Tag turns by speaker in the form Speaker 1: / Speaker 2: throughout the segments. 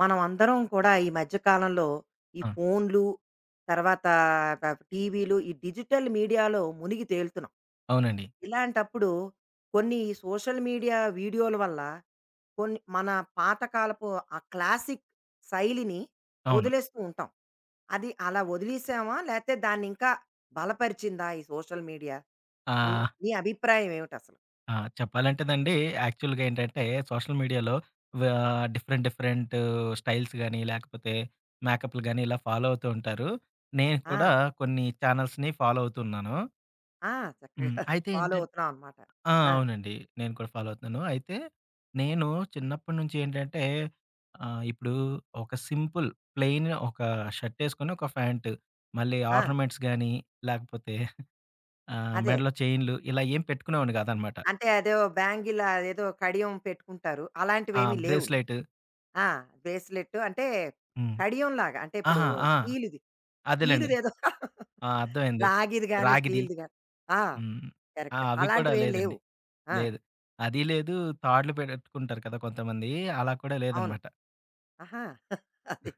Speaker 1: మనం అందరం కూడా ఈ మధ్య కాలంలో ఈ
Speaker 2: ఆ!
Speaker 1: ఫోన్లు, తర్వాత ప టీవీలు, ఈ డిజిటల్ మీడియాలో మునిగి తేలుతున్నాం.
Speaker 2: అవునండి.
Speaker 1: ఇలాంటప్పుడు కొన్ని సోషల్ మీడియా వీడియోల వల్ల కొన్ని మన పాతకాలపు ఆ క్లాసిక్ శైలిని
Speaker 2: అవును.
Speaker 1: వదిలేస్తూ ఉంటాం. అది అలా వదిలేసామా? లేతే దాన్నింకా బలపరిచిందా ఈ సోషల్ మీడియా? నీ
Speaker 2: ఆహ్,
Speaker 1: నీ అభిప్రాయం ఏమిటసలు?
Speaker 2: ఆ! చెప్పాలంటేనండి యాక్చువల్‌గా ఏంటంటే సోషల్ మీడియాలో వా డిఫరెంట్ డిఫరెంట్ స్టైల్స్ గాని, లేకపోతే మేకప్‌లు గాని ఇలా ఫాలో అవుతూ ఉంటారు. నేను కూడా
Speaker 1: ఆ!
Speaker 2: కొన్ని చానెల్స్‌ని ఫాలో అవుతున్నాను.
Speaker 1: ఆ!
Speaker 2: హ్మ్.
Speaker 1: చక్కగా
Speaker 2: అయితే
Speaker 1: ఫాలో
Speaker 2: ఏంటంటే
Speaker 1: అవుతున్నావనమాట.
Speaker 2: ఆ!
Speaker 1: ఆ!
Speaker 2: అవునండి. నేను కూడా ఫాలో అవుతున్నాను. అయితే నేను చిన్నప్పటి నుంచి ఏంటంటే ఇప్పుడు ఒక సింపుల్ ప్లెయిన్ ఒక షర్ట్ ఏసుకొని, ఒక ప్యాంట్ మళ్ళీ
Speaker 1: ఆ!
Speaker 2: ఆర్నమెంట్స్ గాని, లేకపోతే ఆ!
Speaker 1: అదే.
Speaker 2: మెడలో చైన్‌లు ఇలా ఏం పెట్టుకునేవాడిని కాదనమాట.
Speaker 1: అంటే అదో బ్యాంగిల్ అదేదో కడియం పెట్టుకుంటారు.
Speaker 2: ఆ!
Speaker 1: అలాంటివేమీ లేవు నీకు.
Speaker 2: బ్రేస్‌లైట్.
Speaker 1: ఆ! బ్రేస్‌లెట్ అంటే
Speaker 2: హ్మ్.
Speaker 1: కడియం లాగా. అంటే ఇప్పుడు
Speaker 2: అహా! ఆ!
Speaker 1: స్టీలుది.
Speaker 2: అదేలెండి.
Speaker 1: స్టీలుదేదో
Speaker 2: ఆ! అర్థమైంది.
Speaker 1: రాగిది గాని,
Speaker 2: రాగిది.
Speaker 1: స్టీలుది గాని. ఆ!
Speaker 2: హ్మ్. ఆ!
Speaker 1: కరెక్ట్.
Speaker 2: అవి కూడా
Speaker 1: అలాంటివేం లేవు.
Speaker 2: లేదండి.
Speaker 1: ఆ!
Speaker 2: లేదు. అది లేదు. తాడ్లు పెట్టుకుంటారు కదా! కొంతమంది అలా కూడా
Speaker 1: అవును.
Speaker 2: లేదనమాట.
Speaker 1: ఆహా! అది.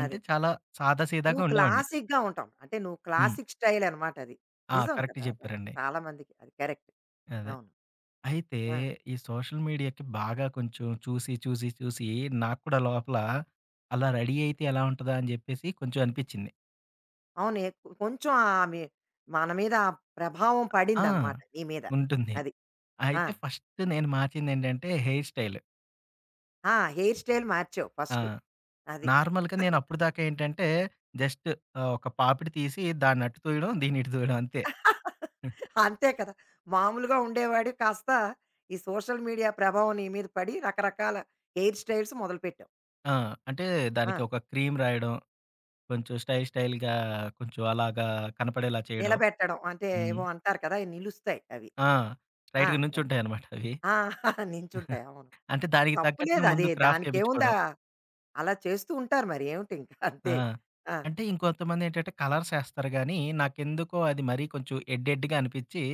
Speaker 2: అంటే
Speaker 1: అదే.
Speaker 2: చాలా సాదా సీదాగా
Speaker 1: నువ్వు
Speaker 2: ఉండేవాడిని.
Speaker 1: క్లాసిక్‌గా ఉంటావు. అంటే నువ్వు
Speaker 2: హ్మ్.
Speaker 1: క్లాసిక్ స్టైల్ అనమాట అది.
Speaker 2: ఆ!
Speaker 1: నిజం
Speaker 2: కరెక్ట్
Speaker 1: కదా! అది. అది
Speaker 2: చెప్పారండి.
Speaker 1: చాలా మందికి అది కరెక్ట్.
Speaker 2: అదే.
Speaker 1: అవును.
Speaker 2: అయితే
Speaker 1: ఆ!
Speaker 2: ఈ సోషల్ మీడియాకి బాగా కొంచెం చూసి, చూసి, చూసి నాకు కూడా లోపల అలా రెడీ అయితే ఎలా ఉంటదా అని చెప్పేసి కొంచెం అనిపిచ్చింది.
Speaker 1: అవును. ఎక్కు కొంచెం మన మీద ఆ ప్రభావం
Speaker 2: ఆ!
Speaker 1: పడిందనమాట నీ మీద.
Speaker 2: ఉంటుంది.
Speaker 1: అది. ఆ!
Speaker 2: అయితే ఫస్ట్ నేను మార్చిందేంటంటే హెయిర్ స్టైల్.
Speaker 1: ఆ! హెయిర్ స్టైల్ మార్చావు
Speaker 2: ఆ!
Speaker 1: ఫస్టు. అది.
Speaker 2: నార్మల్‌గా నేను అప్పటిదాకా ఏంటంటే జస్ట్ ఒక పాపిడి తీసి దాన్ని అటు తూయడం, దీన్ని ఇటు తూయడం అంతే.
Speaker 1: అంతే కదా! మామూలుగా ఉండేవాడివి కాస్త ఈ సోషల్ మీడియా ప్రభావం నీ మీద పడి రకరకాల హెయిర్ స్టైల్స్ మొదలుపెట్టావు.
Speaker 2: ఆ! అంటే
Speaker 1: ఆ!
Speaker 2: దానికి ఒక క్రీమ్ రాయడం, కొంచెం స్టైల్ స్టైల్‌గా కొంచెం అలాగా కనపడేలా చేయడం.
Speaker 1: నిలబెట్టడం అంటే
Speaker 2: హ్మ్.
Speaker 1: ఏవో అంటారు కదా! ఇవి నిలుస్తాయి అవి.
Speaker 2: ఆ!
Speaker 1: ఆ!
Speaker 2: స్ట్రెయిట్‌గా
Speaker 1: అదే.
Speaker 2: నుంచుంటాయన్నమాట అవి.
Speaker 1: ఆ! నించుంటాయి. అవును.
Speaker 2: అంటే దానికి
Speaker 1: తప్పు
Speaker 2: తగ్గట్టుగా
Speaker 1: లేదు.
Speaker 2: ముందు
Speaker 1: అది
Speaker 2: క్రాఫ్ట్
Speaker 1: దానికేముందా?
Speaker 2: చేపించుకోవడం.
Speaker 1: అలా చేస్తూ ఉంటారు మరి ఏమిటి ఇంకా
Speaker 2: ఆ!
Speaker 1: అంతే. ఆ!
Speaker 2: అంటే ఇంకొంతమందేంటంటే కలర్సేస్తారు గానీ, నాకెందుకో అది మరీ కొంచెం ఎడ్‌గా అనిపిచ్చి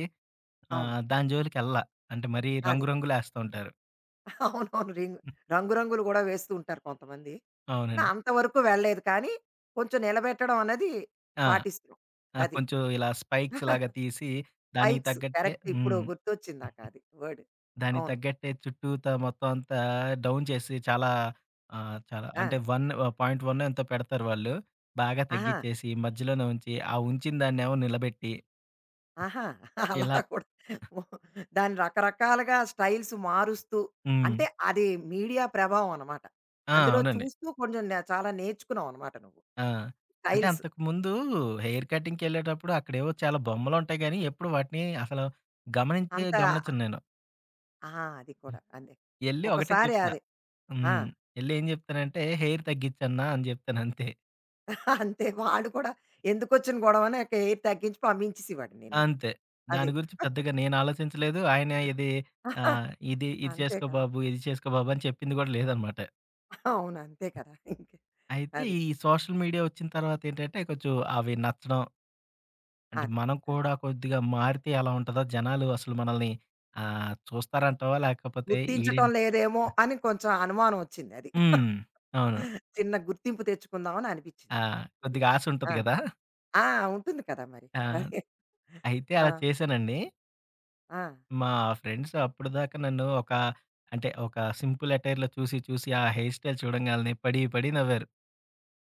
Speaker 1: అవును.
Speaker 2: దాని జోలికెళ్ళా. అంటే మరీ
Speaker 1: అది.
Speaker 2: రంగు రంగులేస్తా ఉంటారు.
Speaker 1: అవునవును. రంగు రంగులు గూడా వేస్తూ ఉంటారు కొంతమంది. నా
Speaker 2: అవునండి.
Speaker 1: అంతవరకు వెళ్ళలేదు కానీ, కొంచెం నిలబెట్టడం అన్నది
Speaker 2: ఆ!
Speaker 1: పాటిస్తున్నాం.
Speaker 2: ఆ!
Speaker 1: అది.
Speaker 2: కొంచెం ఇలా స్పైక్స్ లాగా తీసి దానికి
Speaker 1: స్పైక్స్
Speaker 2: తగ్గట్టే
Speaker 1: కరెక్ట్ ఇప్పుడు
Speaker 2: హ్మ్.
Speaker 1: గుర్తొచ్చింది నాకది వర్డ్.
Speaker 2: దానికి
Speaker 1: అవును.
Speaker 2: తగ్గట్టే చుట్టూతా మొత్తం అంతా డౌన్ చేసి చాలా చాలా
Speaker 1: ఆ!
Speaker 2: అంటే 1.1 ఎంతో పెడతారు వాళ్ళు. బాగా
Speaker 1: ఆహా!
Speaker 2: తగ్గిచ్చేసి మధ్యలోనే ఉంచి, ఆ ఉంచిన దాన్నేమో నిలబెట్టి
Speaker 1: ఆహా! అలా
Speaker 2: ఇలా
Speaker 1: కూడా ఓ- దాన్ని రకరకాలుగా స్టైల్స్ మారుస్తూ
Speaker 2: హ్మ్.
Speaker 1: అంటే అది మీడియా ప్రభావం అనమాట.
Speaker 2: ఆ!
Speaker 1: అందులో
Speaker 2: అవునండి.
Speaker 1: చూస్తూ కొంచెం చాలా నేర్చుకున్నావు అనమాట నువ్వు.
Speaker 2: ఆ! అంటే
Speaker 1: స్టైల్స్
Speaker 2: అంతకుముందు హెయిర్ కటింగ్‌కెళ్ళేటప్పుడు అక్కడేవో చాలా బొమ్మలుంటాయి గానీ, ఎప్పుడు వాటిని అసలు గమనించే
Speaker 1: అంతా
Speaker 2: గమనించను నేను.
Speaker 1: ఆ! అది కూడా. అదే.
Speaker 2: ఎళ్లి ఒకటే
Speaker 1: ఒకసారి
Speaker 2: చెప్తా.
Speaker 1: అది. ఆ!
Speaker 2: హ్మ్. ఎళ్లేం చెప్తానంటే, "హెయిర్ తగ్గిచ్చన్నా" అని చెప్తానంతే.
Speaker 1: అంతే. వాడు కూడా ఎందుకొచ్చిన గొడవని ఒక ఎయిర్ తగ్గించి పంపించేసేవాడు
Speaker 2: అంతే.
Speaker 1: నిన్ను.
Speaker 2: అంతే.
Speaker 1: అది.
Speaker 2: దాని గురించి పెద్దగా నేను ఆలోచించలేదు. ఆయన "ఇది
Speaker 1: అంతే
Speaker 2: చేసుకో
Speaker 1: కదా!
Speaker 2: బాబు, ఇది చేసుకో బాబు" అని చెప్పింది గూడా లేదనమాట.
Speaker 1: అవును. అంతే కదా! ఇంకే
Speaker 2: అయితే
Speaker 1: అది.
Speaker 2: ఈ సోషల్ మీడియా వచ్చిన తర్వాతేంటంటే, కొంచెం అవి నచ్చడం అంటే
Speaker 1: అది.
Speaker 2: మనం
Speaker 1: అది.
Speaker 2: కూడా కొద్దిగా మారితే ఎలా ఉంటదో జనాలు అసలు మనల్ని చూస్తారంటావా? లేకపోతే ఈడేం
Speaker 1: గుర్తించటం లేదేమో అని కొంచెం అనుమానం వచ్చింది అది.
Speaker 2: హ్మ్. అవును.
Speaker 1: చిన్న గుర్తింపు తెచ్చుకుందాం అని
Speaker 2: ఆ!
Speaker 1: అనిపించింది. అది.
Speaker 2: కొద్దిగా ఆశ ఉంటది
Speaker 1: ఆ!
Speaker 2: కదా!
Speaker 1: ఆ! ఉంటుంది కదా! మరి.
Speaker 2: ఆ!
Speaker 1: అదే.
Speaker 2: అయితే
Speaker 1: ఆ!
Speaker 2: అలా చేశానండి.
Speaker 1: ఆ!
Speaker 2: మా ఫ్రెండ్స్ అప్పటిదాకా నన్ను ఒక అంటే ఒక సింపుల్ అటైర్‌లో చూసి చూసి ఆ హెయిర్ స్టైల్ చూడంగాల్నే పడి పడి నవ్వారు.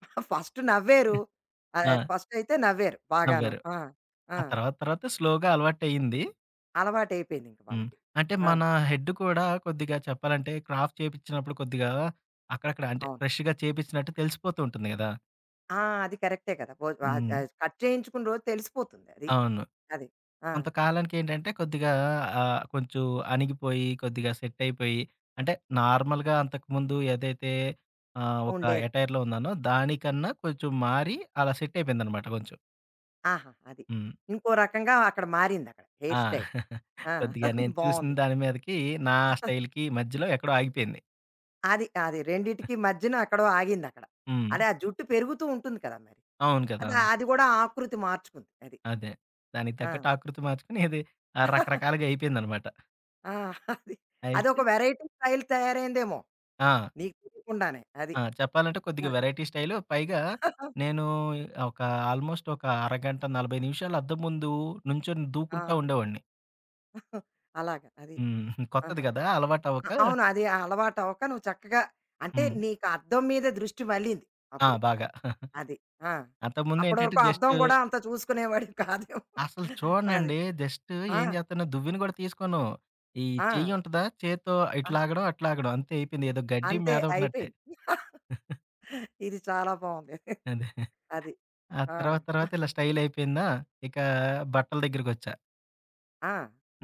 Speaker 1: ఫస్ట్ నవ్వారు. ఆహ్,
Speaker 2: ఆ!
Speaker 1: ఫస్టయితే నవ్వారు బాగాను.
Speaker 2: నవ్వారు.
Speaker 1: ఆ! ఆ!
Speaker 2: ఆ తర్వాత తర్వాత స్లోగా అలవాటయింది.
Speaker 1: అలవాటయిపోయింది ఇంక
Speaker 2: హ్మ్.
Speaker 1: వాళ్ళకి.
Speaker 2: అంటే
Speaker 1: ఆ!
Speaker 2: మన హెడ్ కూడా కొద్దిగా చెప్పాలంటే క్రాఫ్ట్ చేపిచ్చినప్పుడు కొద్దిగా అక్కడక్కడ అంటే
Speaker 1: అవును.
Speaker 2: ఫ్రెష్‌గా చేపిచ్చినట్టు తెలిసిపోతూ ఉంటుంది గదా!
Speaker 1: ఆ! అది కరెక్టే కదా! ఆహ్,
Speaker 2: హ్మ్.
Speaker 1: ఆహ్, కట్ చేయించుకున్న రోజు తెలిసిపోతుంది అది.
Speaker 2: అవును.
Speaker 1: అది. ఆ!
Speaker 2: కొంతకాలానికేంటంటే కొద్దిగా కొంచెం అణిగిపోయి, కొద్దిగా సెట్ అయిపోయి అంటే నార్మల్‌గా అంతకుముందు ఏదైతే ఒక
Speaker 1: ఉండేది.
Speaker 2: ఎటైర్‌లో ఉన్నానో దానికన్నా కొంచెం మారి అలా సెట్ అయిపోయిందనమాట కొంచెం.
Speaker 1: ఆహా! అది.
Speaker 2: హ్మ్.
Speaker 1: ఇంకో రకంగా అక్కడ మారిందక్కడ
Speaker 2: ఆ!
Speaker 1: Hair style. ఆ!
Speaker 2: కొద్దిగా నేను చూసిన
Speaker 1: బావుంది.
Speaker 2: దాని మీదకి నా స్టైల్‌కి మధ్యలో ఎక్కడో ఆగిపోయింది.
Speaker 1: అది. అది రెండిటికి మధ్యన ఎక్కడో ఆగిందక్కడ.
Speaker 2: హ్మ్.
Speaker 1: అదే ఆ జుట్టు పెరుగుతూ ఉంటుంది కదా! మరి.
Speaker 2: అవును కదా!
Speaker 1: అది అది గూడా ఆకృతి మార్చుకుంది. అది.
Speaker 2: అదే. దానికి
Speaker 1: ఆ!
Speaker 2: తగ్గట్టు ఆకృతి మార్చుకొని ఇది రకరకాలుగా అయిపోయిందనమాట.
Speaker 1: ఆ! అది.
Speaker 2: అయితే
Speaker 1: అదొక వెరైటీ స్టైల్ తయారైందేమో!
Speaker 2: ఆ!
Speaker 1: నీకు తెలియకుండానే. అది.
Speaker 2: ఆ! చెప్పాలంటే
Speaker 1: ఆ!
Speaker 2: కొద్దిగా వెరైటీ స్టైలు. పైగా నేను ఒక ఆల్‌మోస్ట్ ఒక అరగంట 40 నిమిషాలు అద్దం ముందు నుంచొని
Speaker 1: ఆ,
Speaker 2: దూకుంటా ఉండేవాడిని.
Speaker 1: అలాగా. అది.
Speaker 2: హ్మ్. కొత్తది
Speaker 1: ఆహా!
Speaker 2: గదా! అలవాటవ్వక
Speaker 1: అవును. అది అలవాటు అవ్వక నువ్వు చక్కగా అంటే
Speaker 2: హ్మ్.
Speaker 1: నీకు అద్దం మీద దృష్టి మళ్ళింది
Speaker 2: ఆ!
Speaker 1: అప్పుడు.
Speaker 2: బాగా.
Speaker 1: అది. ఆ! అప్పటి
Speaker 2: అంతకుముందేంటంటే
Speaker 1: వరకు అద్దం
Speaker 2: జస్టు
Speaker 1: గూడా అంత చూసుకునేవాడివి కాదేమో.
Speaker 2: అసలు
Speaker 1: అది.
Speaker 2: చూడనండి. జస్టు
Speaker 1: ఆ!
Speaker 2: ఏం చేత్తను దువ్విని గూడా తీసుకోను. ఈ
Speaker 1: ఆ!
Speaker 2: చెయ్యుంటదా చేత్తో ఇటు
Speaker 1: ఆ!
Speaker 2: లాగడం, అటు లాగడం అంతే అయిపోయింది. ఏదో గడ్డి
Speaker 1: అంతే
Speaker 2: మీద ఉన్నట్టే.
Speaker 1: అయిపోయింది. ఇది చాలా బావుంది.
Speaker 2: అదే.
Speaker 1: అది.
Speaker 2: ఆ
Speaker 1: ఆ!
Speaker 2: తర్వాత తర్వాత ఇలా స్టైల్ అయిపోయిందా, ఇక బట్టల దగ్గరికొచ్చా.
Speaker 1: ఆ!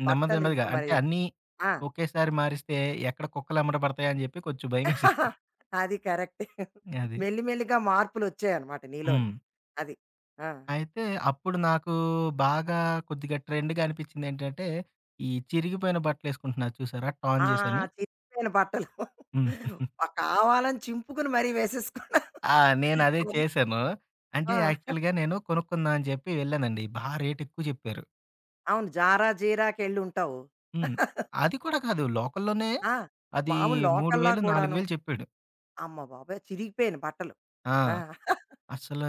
Speaker 2: నెమ్మది
Speaker 1: బట్టలు ఇంక
Speaker 2: నెమ్మదిగా అంటే
Speaker 1: మరి
Speaker 2: అన్నీ
Speaker 1: ఆ!
Speaker 2: ఒకేసారి మారిస్తే ఎక్కడ కుక్కలు ఎమ్మట పడతాయా అని చెప్పి కొంచెం భయమేసింది.
Speaker 1: అది కరెక్టే.
Speaker 2: అది.
Speaker 1: మెల్లి మెల్లిగా మార్పులొచ్చాయన్నమాట నీలోని.
Speaker 2: హ్మ్.
Speaker 1: అది. ఆ!
Speaker 2: అయితే అప్పుడు నాకు బాగా కొద్దిగా ట్రెండ్‌గా అనిపించిందేంటంటే, ఈ చిరిగిపోయిన బట్టలేసుకుంటున్నారు చూసారా
Speaker 1: ఆ!
Speaker 2: టార్న్‌జీస్ అని.
Speaker 1: చిరిగిపోయిన బట్టలు
Speaker 2: హ్మ్.
Speaker 1: కావాలని చింపుకుని మరీ వేసేసుకున్నా.
Speaker 2: ఆ! నేనదే
Speaker 1: అది.
Speaker 2: చేశాను. అంటే
Speaker 1: ఆ!
Speaker 2: యాక్చువల్‌గా నేను కొనుక్కుందాం అని చెప్పి వెళ్ళానండి. బా రేట్ ఎక్కువ చెప్పారు.
Speaker 1: అవును. జారా, జీరాకెళ్ళుంటావు.
Speaker 2: హ్మ్. అది కూడా కాదు లోకల్‌లోనే
Speaker 1: ఆ!
Speaker 2: అది
Speaker 1: మామూలు లోకల్‌లా
Speaker 2: 3000,
Speaker 1: కూడాను.
Speaker 2: 4000 చెప్పాడు.
Speaker 1: అమ్మ బాబోయ్! చిరిగిపోయాను బట్టలు.
Speaker 2: ఆ!
Speaker 1: ఆ!
Speaker 2: అసలు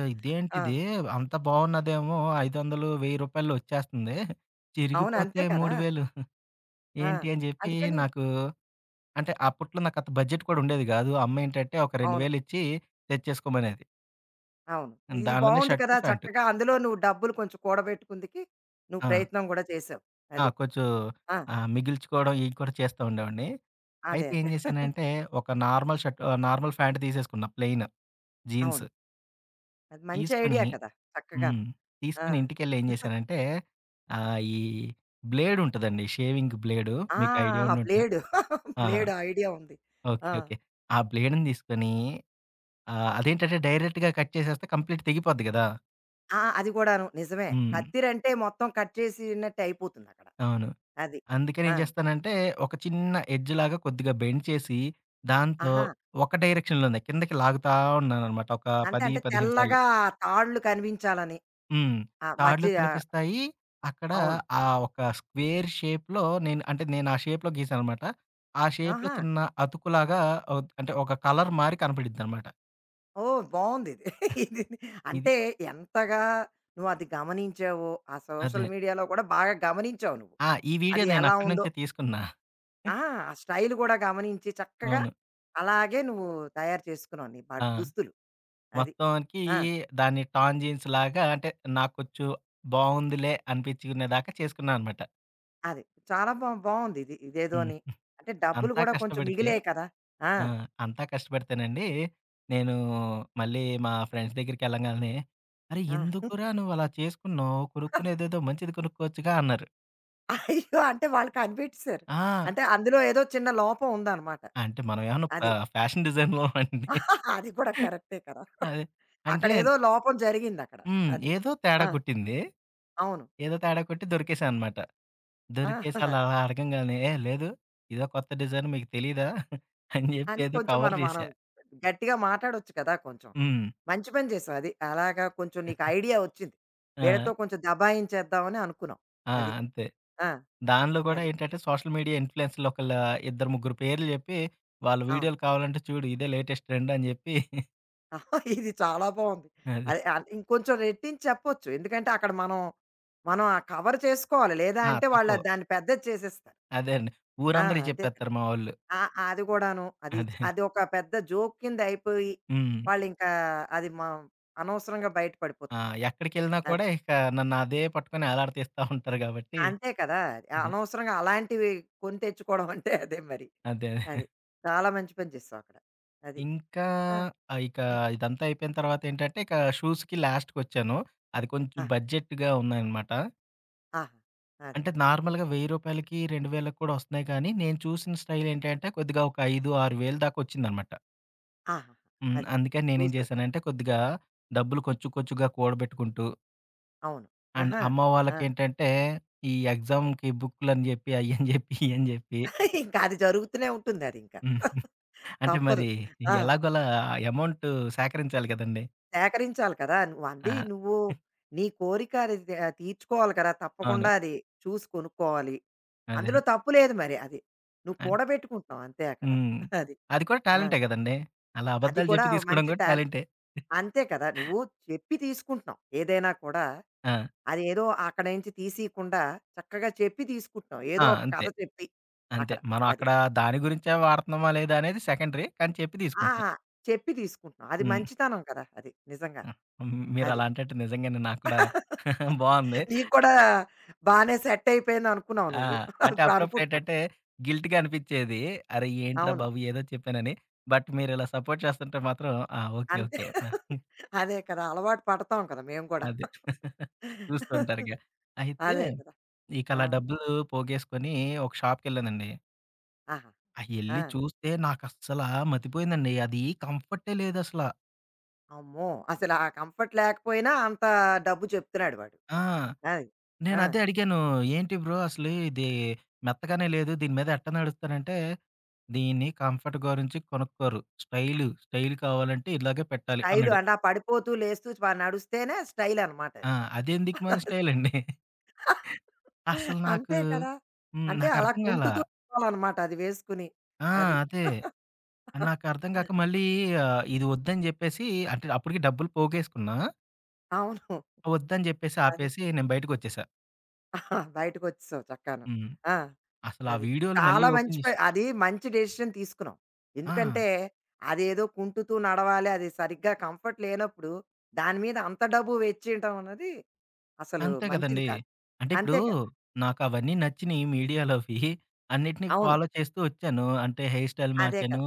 Speaker 1: ఆ!
Speaker 2: ఇదేంటిది? అంత బావున్నదేమో రూ. 500, 1000 వచ్చేస్తుంది.
Speaker 1: అవును.
Speaker 2: చిరిగిపోతే
Speaker 1: అంతే కదా!
Speaker 2: 3000
Speaker 1: ఆ!
Speaker 2: ఏంటి అని చెప్పి
Speaker 1: అందుకని
Speaker 2: నాకు అంటే అప్పట్లో నాకంత బడ్జెట్ కూడా ఉండేది గాదు. అమ్మేంటంటే ఒక
Speaker 1: అవును.
Speaker 2: 2000 ఇచ్చి తెచ్చేసుకోమనేది.
Speaker 1: అవును. ఇది
Speaker 2: దానిలోనే
Speaker 1: బావుంది కదా!
Speaker 2: Shirt, pant.
Speaker 1: చక్కగా అందులో నువ్వు డబ్బులు కొంచెం కూడబెట్టుకుందుకి నువ్వు
Speaker 2: ఆ!
Speaker 1: ప్రయత్నం గూడా చేసావు.
Speaker 2: ఆ!
Speaker 1: అది.
Speaker 2: కొంచెం
Speaker 1: ఆ!
Speaker 2: మిగిల్చుకోవడం ఇయి కూడా చేస్తా ఉండేవాడిని.
Speaker 1: అదే.
Speaker 2: అయితే ఏం
Speaker 1: అదే.
Speaker 2: చేశానంటే ఒక నార్మల్ షర్ట్ నార్మల్ ప్యాంట్ తీసేసుకున్నా ప్లెయిన్ జీన్స్.
Speaker 1: అవును. అది మంచి
Speaker 2: తీసుకొని
Speaker 1: ఐడియా కదా! చక్కగాను.
Speaker 2: హ్మ్.
Speaker 1: ఆ!
Speaker 2: తీసుకొని ఇంటికెళ్ళి ఏం చేశానంటే, ఈ బ్లేడ్ ఉంటదండి. షేవింగ్ బ్లేడు
Speaker 1: ఆ!
Speaker 2: మీకు ఐడియా
Speaker 1: ఆ
Speaker 2: ఉండుంటది.
Speaker 1: బ్లేడు.
Speaker 2: ఆ!
Speaker 1: బ్లేడ్ ఐడియా ఉంది.
Speaker 2: ఓకే.
Speaker 1: ఆ!
Speaker 2: ఓకే. ఆ బ్లేడ్‌ని తీసుకొని అదేంటంటే డైరెక్ట్‌గా కట్ చేసేస్తే కంప్లీట్ తెగిపోద్ది కదా!
Speaker 1: ఆ! అది కూడాను నిజమే.
Speaker 2: హ్మ్.
Speaker 1: కత్తిరంటే మొత్తం కట్ చేసినట్టే అయిపోతుందక్కడ.
Speaker 2: అవును.
Speaker 1: అది.
Speaker 2: అందుకని
Speaker 1: ఆ!
Speaker 2: ఏం చేస్తానంటే, ఒక చిన్న ఎడ్జ్ లాగా కొద్దిగా బెండ్ చేసి, దాంతో
Speaker 1: ఆహా!
Speaker 2: ఒక డైరెక్షన్‌లోనే కిందకి లాగుతా ఉన్నాననమాట. ఒక
Speaker 1: అంతే
Speaker 2: 10,
Speaker 1: అంటే
Speaker 2: 15 సార్లు.
Speaker 1: తెల్లగా తాళ్ళు కనిపించాలని.
Speaker 2: హ్మ్.
Speaker 1: ఆ మధ్య
Speaker 2: తాడులు కనిపిస్తాయి. అక్కడ
Speaker 1: అవును.
Speaker 2: ఆ ఒక స్క్వేర్ షేప్‌లో నేను అంటే నేను ఆ షేప్‌లో గీసాననమాట. ఆ షేప్‌లో
Speaker 1: ఆహా!
Speaker 2: చిన్న అతుకులాగా అంటే ఒక కలర్ మారి కనపడిద్దనమాట.
Speaker 1: ఓహ్! బావుందిది. ఇది ఇది
Speaker 2: ఇది
Speaker 1: అంటే ఎంతగా నువ్వది గమనించావో, ఆ సోషల్
Speaker 2: అదే.
Speaker 1: మీడియాలో కూడా బాగా గమనించావు నువ్వు.
Speaker 2: ఆ! ఈ వీడియో
Speaker 1: అది
Speaker 2: నేను
Speaker 1: ఎలా
Speaker 2: అక్కడి
Speaker 1: ఉందో
Speaker 2: నుంచే తీసుకున్నా.
Speaker 1: ఆ! ఆ స్టైల్ కూడా గమనించి చక్కగా
Speaker 2: అవును.
Speaker 1: అలాగే నువ్వు తయారు చేసుకున్నావు నీ
Speaker 2: ఆ!
Speaker 1: దుస్తులు. అది.
Speaker 2: మొత్తానికి
Speaker 1: ఆ!
Speaker 2: దాన్ని టాంజెన్స్‌లాగా అంటే నాకు కొంచెం బావుందిలే అనిపించుకునేదాకా చేసుకున్నా అనమాట.
Speaker 1: అది. చాలా బావుంది ఇది.
Speaker 2: హ్మ్.
Speaker 1: ఇదేదోని. అంటే డబ్బులు
Speaker 2: అంతా
Speaker 1: గూడా కొంచెం
Speaker 2: కష్టపడితే
Speaker 1: మిగిలాయి కదా! ఆ!
Speaker 2: ఆ! అంతా కష్టపడితేనండి, నేను మళ్ళీ మా ఫ్రెండ్స్ దగ్గరికెళ్ళంగాల్నే, "అరే!
Speaker 1: ఆ!
Speaker 2: ఎందుకురా నువ్వలా చేసుకున్నావు? కొనుక్కునేదేదో మంచిది కొనుక్కోవచ్చుగా" అన్నారు.
Speaker 1: అయ్యో! అంటే వాళ్ళు కనిపెట్టేసారు.
Speaker 2: ఆ!
Speaker 1: అంటే అందులో ఏదో చిన్న లోపం ఉందనమాట.
Speaker 2: అంటే మనమేమన్నా
Speaker 1: అది.
Speaker 2: ఫ్యాషన్ డిజైన్‌లో అండి.
Speaker 1: అది కూడా కరెక్టే కదా!
Speaker 2: అదే. అంటే
Speaker 1: అక్కడేదో లోపం జరిగిందక్కడ.
Speaker 2: హ్మ్.
Speaker 1: అది.
Speaker 2: ఏదో తేడా
Speaker 1: ఆ!
Speaker 2: కొట్టింది.
Speaker 1: అవును.
Speaker 2: ఏదో తేడా కొట్టి దొరికేసా అనమాట.
Speaker 1: ఆ!
Speaker 2: దొరికేసి అలా
Speaker 1: అది.
Speaker 2: అడగంగాల్నే, "ఏ లేదు ఇదో కొత్త డిజైన్ మీకు తెలీదా?" అని జెప్పి
Speaker 1: అని
Speaker 2: ఏదో
Speaker 1: కొంచెం
Speaker 2: కవర్
Speaker 1: మనం మనం
Speaker 2: చేశా.
Speaker 1: గట్టిగా మాట్లాడొచ్చు కదా! కొంచెం.
Speaker 2: హ్మ్.
Speaker 1: మంచి పని చేసావు అది. అలాగా కొంచెం నీకు ఐడియా ఒచ్చింది.
Speaker 2: ఆ!
Speaker 1: వీళ్ళతో కొంచెం దబాయించేద్దామని అనుకున్నావు.
Speaker 2: ఆ!
Speaker 1: అది.
Speaker 2: అంతే.
Speaker 1: ఆ!
Speaker 2: దానిలో గూడా
Speaker 1: అది.
Speaker 2: ఏంటంటే సోషల్ మీడియా ఇన్‌ఫ్లూయెన్సర్‌లు ఒకళ్ళ ఇద్దరు, ముగ్గురు పేర్లు జెప్పి, వాళ్ళ
Speaker 1: అవును.
Speaker 2: వీడియోలు కావాలంటే చూడు ఇదే లేటెస్ట్ ట్రెండ్ అని జెప్పి
Speaker 1: ఆహా! ఇది చాలా బావుంది.
Speaker 2: అది.
Speaker 1: అదే ఇంకొంచెం రెట్టించి చెప్పొచ్చు. ఎందుకంటే అక్కడ మనం, మనం ఆ కవర్ చేసుకోవాలి. లేదా
Speaker 2: ఆ!
Speaker 1: అంటే వాళ్ళు
Speaker 2: తప్పదు.
Speaker 1: దాన్ని పెద్దది చేసేస్తారు.
Speaker 2: అదే అండి.
Speaker 1: ఆ!
Speaker 2: ఊరందరికి
Speaker 1: అంతే కదా!
Speaker 2: జెప్పేత్తారు మా వోళ్ళు.
Speaker 1: ఆ! ఆ, అది కూడాను. అది
Speaker 2: అదే.
Speaker 1: అదొక పెద్ద జోక్ కింద అయిపోయి,
Speaker 2: హ్మ్.
Speaker 1: వాళ్ళింకా అది మనం అనవసరంగా బయట పడిపోతూ
Speaker 2: ఆ!
Speaker 1: ఉంటాం.
Speaker 2: ఎక్కడికెళ్ళినా
Speaker 1: అది.
Speaker 2: కూడా ఇక నన్ను అదే పట్టుకొని ఏలాడదీస్తా ఉంటారు గాబట్టి
Speaker 1: అంతే కదా! అది
Speaker 2: అదే.
Speaker 1: అనవసరంగా అలాంటివి కొని తెచ్చుకోవడం అంటే అదే మరి.
Speaker 2: అదే. అదే.
Speaker 1: అది. చాలా మంచి పని చేసావక్కడ. అది.
Speaker 2: ఇంకా
Speaker 1: ఆ!
Speaker 2: ఇక ఇదంతా అయిపోయిన తర్వాతేంటంటే, ఇక షూస్‌కి లాస్ట్‌కొచ్చాను. అది కొంచెం
Speaker 1: ఆహా!
Speaker 2: బడ్జెట్‌గా ఉన్నాయనమాట.
Speaker 1: ఆహా! అది.
Speaker 2: అంటే నార్మల్‌గా రూ. 1000కి, 2000కి కూడా వస్తున్నాయి కానీ, నేను చూసిన స్టైల్ ఏంటంటే కొద్దిగా ఒక 5, 6000 దాకా వచ్చిందనమాట.
Speaker 1: ఆహాహా!
Speaker 2: హ్మ్.
Speaker 1: అది.
Speaker 2: అందుకని నేనేం
Speaker 1: చూసు
Speaker 2: చేశానంటే కొద్దిగా డబ్బులు కొంచెం కొంచెంగా కూడబెట్టుకుంటూ
Speaker 1: అవును.
Speaker 2: అండ్
Speaker 1: ఆహా!
Speaker 2: అమ్మ
Speaker 1: ఆ!
Speaker 2: వాళ్ళకేంటంటే ఈ ఎగ్జామ్‌కి బుక్కులని చెప్పి, అయ్యని చెప్పి, ఇయ్యని చెప్పి
Speaker 1: ఇంకా అది జరుగుతూనే ఉంటుంది అది ఇంకా.
Speaker 2: హ్మ్. అంటే
Speaker 1: తప్పదు.
Speaker 2: మరి
Speaker 1: ఆ!
Speaker 2: ఎలాగోలా అమౌంట్ సేకరించాలి కదండీ!
Speaker 1: సేకరించాలి కదా! నువ్వు
Speaker 2: ఆ!
Speaker 1: అంది నువ్వు నీ కోరిక అది తీర్చుకోవాలి కదా!
Speaker 2: అవును.
Speaker 1: తప్పకుండా అది చూసి కొనుక్కోవాలి.
Speaker 2: అదే.
Speaker 1: అందులో తప్పు లేదు మరి అది. నువ్వు
Speaker 2: అన్
Speaker 1: కూడబెట్టుకుంటున్నావు అంతే అక్కడ.
Speaker 2: హ్మ్.
Speaker 1: అది.
Speaker 2: అది కూడా
Speaker 1: ఆ!
Speaker 2: టాలెంటే కదండీ! అలా
Speaker 1: అది
Speaker 2: అబద్ధాలు
Speaker 1: కూడా
Speaker 2: చెప్పి తీసుకోవడం
Speaker 1: మంచి
Speaker 2: కూడా
Speaker 1: టాలె
Speaker 2: టాలెంటే.
Speaker 1: అంతే కదా! నువ్వు చెప్పి తీసుకుంటున్నావు. ఏదైనా కూడా
Speaker 2: ఆ!
Speaker 1: అదేదో అక్కడి నుంచి తీసియకుండా చక్కగా చెప్పి తీసుకుంటున్నావు.
Speaker 2: ఆ!
Speaker 1: ఏదో ఒక కథ
Speaker 2: అంతే.
Speaker 1: చెప్పి
Speaker 2: అంతే.
Speaker 1: అక్కడ.
Speaker 2: మనం
Speaker 1: అది.
Speaker 2: అక్కడ దాని గురించే వాడుతున్నామా లేదా అనేది సెకండరీ. కానీ చెప్పి
Speaker 1: ఆ!
Speaker 2: తీసుకుంటున్నా.
Speaker 1: చెప్పి తీసుకుంటున్నాం. అది
Speaker 2: హ్మ్.
Speaker 1: మంచితనం కదా! అది నిజంగా.
Speaker 2: హ్మ్.
Speaker 1: అది.
Speaker 2: మీరలా అంటంటే నిజంగానే నాకు కూడా బావుంది.
Speaker 1: నీకు కూడా బానే సెట్ అయిపోయిందనుకున్నావు
Speaker 2: ఆ!
Speaker 1: నువ్వు.
Speaker 2: అంటే
Speaker 1: ఇప్పుడు అనుకుంటున్నావు.
Speaker 2: అప్పుడప్పుడేంటంటే గిల్ట్‌గా అనిపిచ్చేది. అరే! ఏంట్రా
Speaker 1: అవును.
Speaker 2: బాబు ఏదో చెప్పానని. బట్ మీరిలా సపోర్ట్ చేస్తుంటే మాత్రం ఆ! ఓకే.
Speaker 1: అంతే.
Speaker 2: ఓకే.
Speaker 1: అదే కదా! అలవాటు పడతాం కదా! మేము కూడా.
Speaker 2: అదే. చూస్తూ ఉంటారిక. అయితే
Speaker 1: అదే కదా! ఆ!
Speaker 2: ఇకలా డబ్బులు పోగేసుకొని ఒక షాప్‌కెళ్ళానండి.
Speaker 1: ఆహా!
Speaker 2: ఆ!
Speaker 1: ఆ!
Speaker 2: ఎళ్లి చూస్తే నాకస్సల మతిపోయిందండి. అది కంఫర్టే లేదసల.
Speaker 1: అమ్మో! అసలు ఆ కంఫర్ట్ లేకపోయినా అంత డబ్బు చెప్తున్నాడు వాడు.
Speaker 2: ఆ!
Speaker 1: అది. ఆ!
Speaker 2: నేనదే అడిగాను. "ఏంటి బ్రో! అసలు ఇది మెత్తగానే లేదు. దీని మీద ఎట్ట నడుస్తారంటే, దీన్ని కంఫర్ట్ గురించి కొనుక్కోరు. స్టైలు, స్టైల్ కావాలంటే ఇలాగే పెట్టాలి"
Speaker 1: స్టైలు
Speaker 2: అన్నాడు.
Speaker 1: అంటే ఆ పడిపోతూ, లేస్తూ నడుస్తేనే స్టైలనమాట
Speaker 2: ఆ!
Speaker 1: అది.
Speaker 2: అదేం దిక్కుమాలిన స్టైల్ అండి. అసలు నాకు
Speaker 1: అంతే కదా!
Speaker 2: హ్మ్.
Speaker 1: అంటే అలా
Speaker 2: నాకర్థం కాల.
Speaker 1: కుంటుతూ పోవాలనమాట అది వేసుకుని.
Speaker 2: ఆ!
Speaker 1: అది.
Speaker 2: అదే. నాకర్థం కాక మళ్ళీ ఇది వద్దని జెప్పేసి అంటే అప్పటికి డబ్బులు పోగేసుకున్నా.
Speaker 1: అవును.
Speaker 2: వద్దని జెప్పేసి
Speaker 1: అది.
Speaker 2: ఆపేసి నేను బయటకొచ్చేసా.
Speaker 1: బయటకొచ్చేసావు చక్కాను.
Speaker 2: హ్మ్.
Speaker 1: ఆ!
Speaker 2: అసలు ఆ
Speaker 1: అది.
Speaker 2: వీడియోలు మళ్ళీ
Speaker 1: చాలా
Speaker 2: ఓపెన్
Speaker 1: మంచి
Speaker 2: జేసా
Speaker 1: అది మంచి డెసిషన్ తీసుకున్నాం.
Speaker 2: ఆ!
Speaker 1: ఎందుకంటే, అదేదో కుంటుతూ నడవాలి, అది సరిగ్గా కంఫర్ట్ లేనప్పుడు, దాని మీద అంత డబ్బు వెచ్చేయటం అన్నది అసలు
Speaker 2: అంతే
Speaker 1: మంచిది
Speaker 2: కదండీ.
Speaker 1: కాదు.
Speaker 2: అంటే ఇప్పుడు
Speaker 1: అంతే కదా!
Speaker 2: నాకవన్నీ నచ్చినియి మీడియాలోవి. అన్నిటిని
Speaker 1: అవును.
Speaker 2: ఫాలో చేస్తూ వచ్చాను. అంటే హెయిర్ స్టైల్
Speaker 1: అదే
Speaker 2: మార్చాను.
Speaker 1: కదా!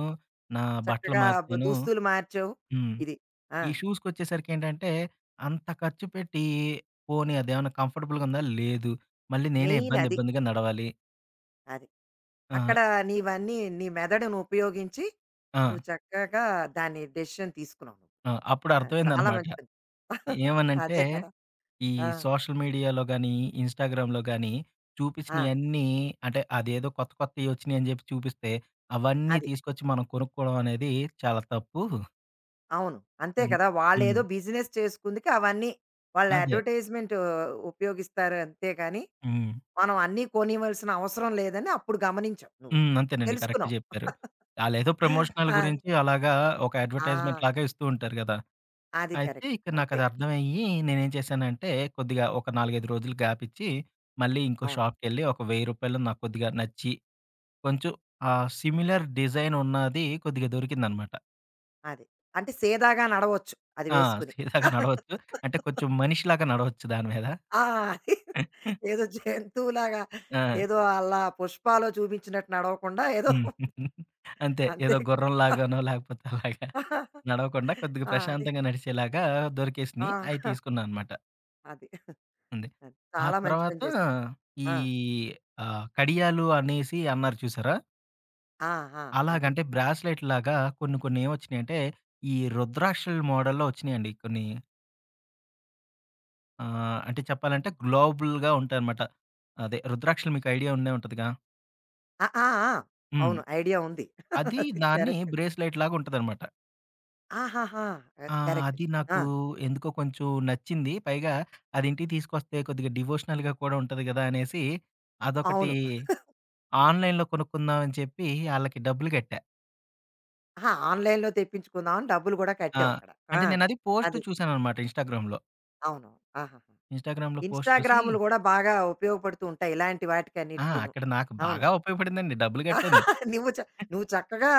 Speaker 2: నా బట్టలు
Speaker 1: చక్కగా
Speaker 2: మార్చాను.
Speaker 1: దుస్తులు మార్చావు.
Speaker 2: హ్మ్.
Speaker 1: ఇది. ఆ!
Speaker 2: ఈ షూస్‌కొచ్చేసరికేంటంటే అంత ఖర్చు పెట్టి పోనీ అదేమన్నా కంఫర్టబుల్‌గుందా? లేదు. మళ్ళీ నేనే
Speaker 1: మెయిన్
Speaker 2: ఇబ్బంది
Speaker 1: అది.
Speaker 2: ఇబ్బందిగా నడవాలి.
Speaker 1: అది.
Speaker 2: ఆ!
Speaker 1: అక్కడ నీవన్నీ నీ మెదడును ఉపయోగించి
Speaker 2: ఆ!
Speaker 1: నువ్వు చక్కగా దాన్ని డెసిషన్ తీసుకున్నావు నువ్వు.
Speaker 2: ఆ! అప్పుడు
Speaker 1: ఆ! చాలా
Speaker 2: అర్థమైందనమాట.
Speaker 1: మంచి పని.
Speaker 2: ఏమనంటే
Speaker 1: అదే కదా!
Speaker 2: ఈ
Speaker 1: ఆ!
Speaker 2: సోషల్ మీడియాలో గాని, ఇన్‌స్టాగ్రామ్‌లో గాని
Speaker 1: ఆ!
Speaker 2: చూపించినయన్నీ అంటే అదేదో కొత్త కొత్తయి వచ్చినియని జెప్పి చూపిస్తే, అవన్నీ
Speaker 1: అది.
Speaker 2: తీసుకొచ్చి మనం కొనుక్కోవడం అనేది చాలా తప్పు.
Speaker 1: అవును. అంతే
Speaker 2: అన్
Speaker 1: కదా!
Speaker 2: హ్మ్.
Speaker 1: వాళ్ళేదో బిజినెస్ చేసుకుందుకు అవన్నీ వాళ్ళు
Speaker 2: అదే.
Speaker 1: అడ్వర్టైజ్‌మెంట్ ఉపయోగిస్తారు అంతే గాని,
Speaker 2: హ్మ్.
Speaker 1: మనం అన్నీ కొనివ్వాల్సిన అవసరం లేదని అప్పుడు గమనించావు నువ్వు.
Speaker 2: హ్మ్. అంతేనండి. కరెక్ట్
Speaker 1: తెలుసుకున్నావు.
Speaker 2: జెప్పారు. ఆళ్ళేదో ప్రమోషనల్
Speaker 1: ఆ!
Speaker 2: గురించి అలాగా ఒక
Speaker 1: ఆ!
Speaker 2: అడ్వర్టైజ్‌మెంట్ లాగా ఇస్తూ ఉంటారు గదా!
Speaker 1: అది
Speaker 2: అయితే
Speaker 1: కరెక్ట్.
Speaker 2: ఇక్కడ
Speaker 1: అంతే.
Speaker 2: నాకది అర్థమయ్యి నేనేం చేశానంటే, కొద్దిగా ఒక 4, 5 రోజులు గ్యాప్ ఇచ్చి, మళ్ళీ ఇంకో
Speaker 1: అవును.
Speaker 2: షాప్‌కెళ్ళి ఒక రూ. 1000 నాకు కొద్దిగా నచ్చి కొంచెం సిమిలర్ డిజైన్ ఉన్నది కొద్దిగా దొరికిందనమాట.
Speaker 1: అది. అంటే సీదాగా నడవచ్చు అది
Speaker 2: ఆ!
Speaker 1: వేసుకుని.
Speaker 2: సీదాగా నడవచ్చు. అంటే కొంచెం మనిషిలాగా నడవచ్చు దాని మీద.
Speaker 1: ఆ! అది. ఏదో జంతువులాగా
Speaker 2: ఆ!
Speaker 1: ఏదో అలా పుష్పాలో చూపించినట్టు నడవకుండా ఏదో
Speaker 2: హ్మ్. అంతే
Speaker 1: అంతే.
Speaker 2: ఏదో గుర్రంలాగానో లేకపోతే అలాగా నడవకుండా కొద్దిగా
Speaker 1: ఆ! అది.
Speaker 2: ప్రశాంతంగా నడిచేలాగా
Speaker 1: ఆ!
Speaker 2: దొరికేసినియి. అయి తీసుకున్నా అనమాట.
Speaker 1: అది.
Speaker 2: అంతే.
Speaker 1: అది.
Speaker 2: ఆ
Speaker 1: చాలా మంచి పని
Speaker 2: తర్వాత
Speaker 1: చేసావు.
Speaker 2: ఈ
Speaker 1: ఆ!
Speaker 2: కడియాలు అనేసి అన్నారు చూసారా?
Speaker 1: ఆ! ఆ! అది.
Speaker 2: అలాగంటే
Speaker 1: ఆ!
Speaker 2: బ్రాస్‌లెట్ లాగా కొన్ని కొన్ని ఏమొచ్చినాయంటే, ఈ రుద్రాక్షల మోడల్‌లో వచ్చినాయండి కొన్ని. ఆ! అంటే చెప్పాలంటే గ్లోబుల్‌గా ఉంటాయన్నమాట. అదే రుద్రాక్షలు మీకు ఐడియా ఉండే ఉంటదిగా!
Speaker 1: ఆ! ఆ! ఆ!
Speaker 2: హ్మ్.
Speaker 1: అవును. ఐడియా ఉంది.
Speaker 2: అది
Speaker 1: అది
Speaker 2: దాన్ని
Speaker 1: కరెక్ట్.
Speaker 2: బ్రేస్‌లైట్‌లాగా ఉంటదన్నమాట.
Speaker 1: ఆహాహా!
Speaker 2: ఆ!
Speaker 1: కరెక్ట్.
Speaker 2: అది నాకు
Speaker 1: ఆ!
Speaker 2: ఎందుకో కొంచెం నచ్చింది. పైగా అది ఇంటికి తీసుకొస్తే కొద్దిగా డివోషనల్‌గా కూడా ఉంటది గదా! అనేసి అదొకటి
Speaker 1: అవును.
Speaker 2: ఆన్‌లైన్‌లో కొనుక్కుందాం అని చెప్పి ఆళ్ళకి డబ్బులు కట్టా.
Speaker 1: ఆహా! ఆన్‌లైన్‌లో తెప్పించుకుందాం అని డబ్బులు గూడా
Speaker 2: ఆ!
Speaker 1: కట్టావు అక్కడ. ఆ!
Speaker 2: అంటే నేనది పోస్ట్
Speaker 1: అది.
Speaker 2: చూసానన్నమాట ఇన్‌స్టాగ్రామ్‌లో.
Speaker 1: అవునవును. ఆహాహా!
Speaker 2: ఇన్‌స్టాగ్రామ్‌లో పోస్ట్ చూసి
Speaker 1: ఇన్‌స్టాగ్రాములు గూడా బాగా ఉపయోగపడుతూ ఉంటాయి. ఇలాంటి
Speaker 2: ఆ!
Speaker 1: వాటికన్నిటికీను.
Speaker 2: అక్కడ నాకు
Speaker 1: అవును.
Speaker 2: బాగా ఉపయోగపడిందండి. డబ్బులు కట్టాను.
Speaker 1: నువ్వు చ నువ్వు చక్కగా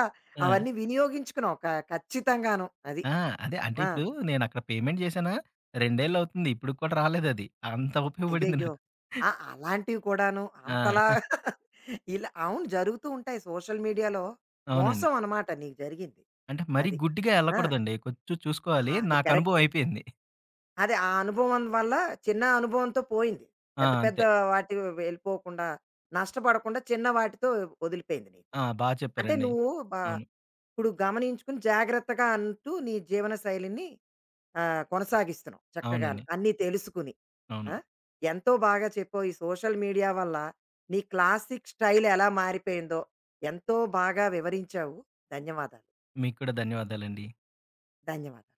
Speaker 2: ఆ!
Speaker 1: అవన్నీ వినియోగించుకున్నావు. ఖచ్చితంగాను. అది.
Speaker 2: ఆ! అదే అంటే
Speaker 1: ఆ!
Speaker 2: ఇప్పుడు నేనక్కడ పేమెంట్ చేశానా, 2 ఏళ్లవుతుంది. ఇప్పటికి కూడా రాలేదది. అంత ఉపయోగపడింది
Speaker 1: అయ్యయ్యో!
Speaker 2: నాకు.
Speaker 1: ఆ! అలాంటివి కూడాను. అంతలా
Speaker 2: ఆ!
Speaker 1: ఇలా అవును. జరుగుతూ ఉంటాయి. సోషల్ మీడియాలో
Speaker 2: అవునండి.
Speaker 1: మోసం అనమాట నీకు జరిగింది.
Speaker 2: అంటే మరీ
Speaker 1: అది.
Speaker 2: గుడ్డిగా
Speaker 1: ఆ!
Speaker 2: ఎళ్ళకూడదండి. కొంచెం చూసుకోవాలి.
Speaker 1: ఆ, అది
Speaker 2: నాకు
Speaker 1: కరెక్ట్.
Speaker 2: అనుభవం అయిపోయింది.
Speaker 1: అదే. ఆ అనుభవం వల్ల చిన్న అనుభవంతో పోయింది.
Speaker 2: ఆ!
Speaker 1: పెద్ద పెద్ద
Speaker 2: అంతే.
Speaker 1: వాటికి వెళ్ళిపోకుండా, నష్టపడకుండా చిన్న వాటితో వదిలిపోయింది నీకు.
Speaker 2: ఆ! బా
Speaker 1: అంటే
Speaker 2: చెప్పారండి.
Speaker 1: నువ్వు బా
Speaker 2: అవును.
Speaker 1: ఇప్పుడు గమనించుకుని జాగ్రత్తగా అంటూ నీ జీవన శైలిని కొనసాగిస్తున్నావు చక్కగాను.
Speaker 2: అవునండి.
Speaker 1: అన్నీ తెలుసుకుని.
Speaker 2: అవును.
Speaker 1: ఆ! ఎంతో బాగా చెప్పావు. ఈ సోషల్ మీడియా వల్ల నీ క్లాసిక్ స్టైల్ ఎలా మారిపోయిందో ఎంతో బాగా వివరించావు. ధన్యవాదాలు.
Speaker 2: మీకు కూడా ధన్యవాదాలండి.
Speaker 1: ధన్యవాదాలు.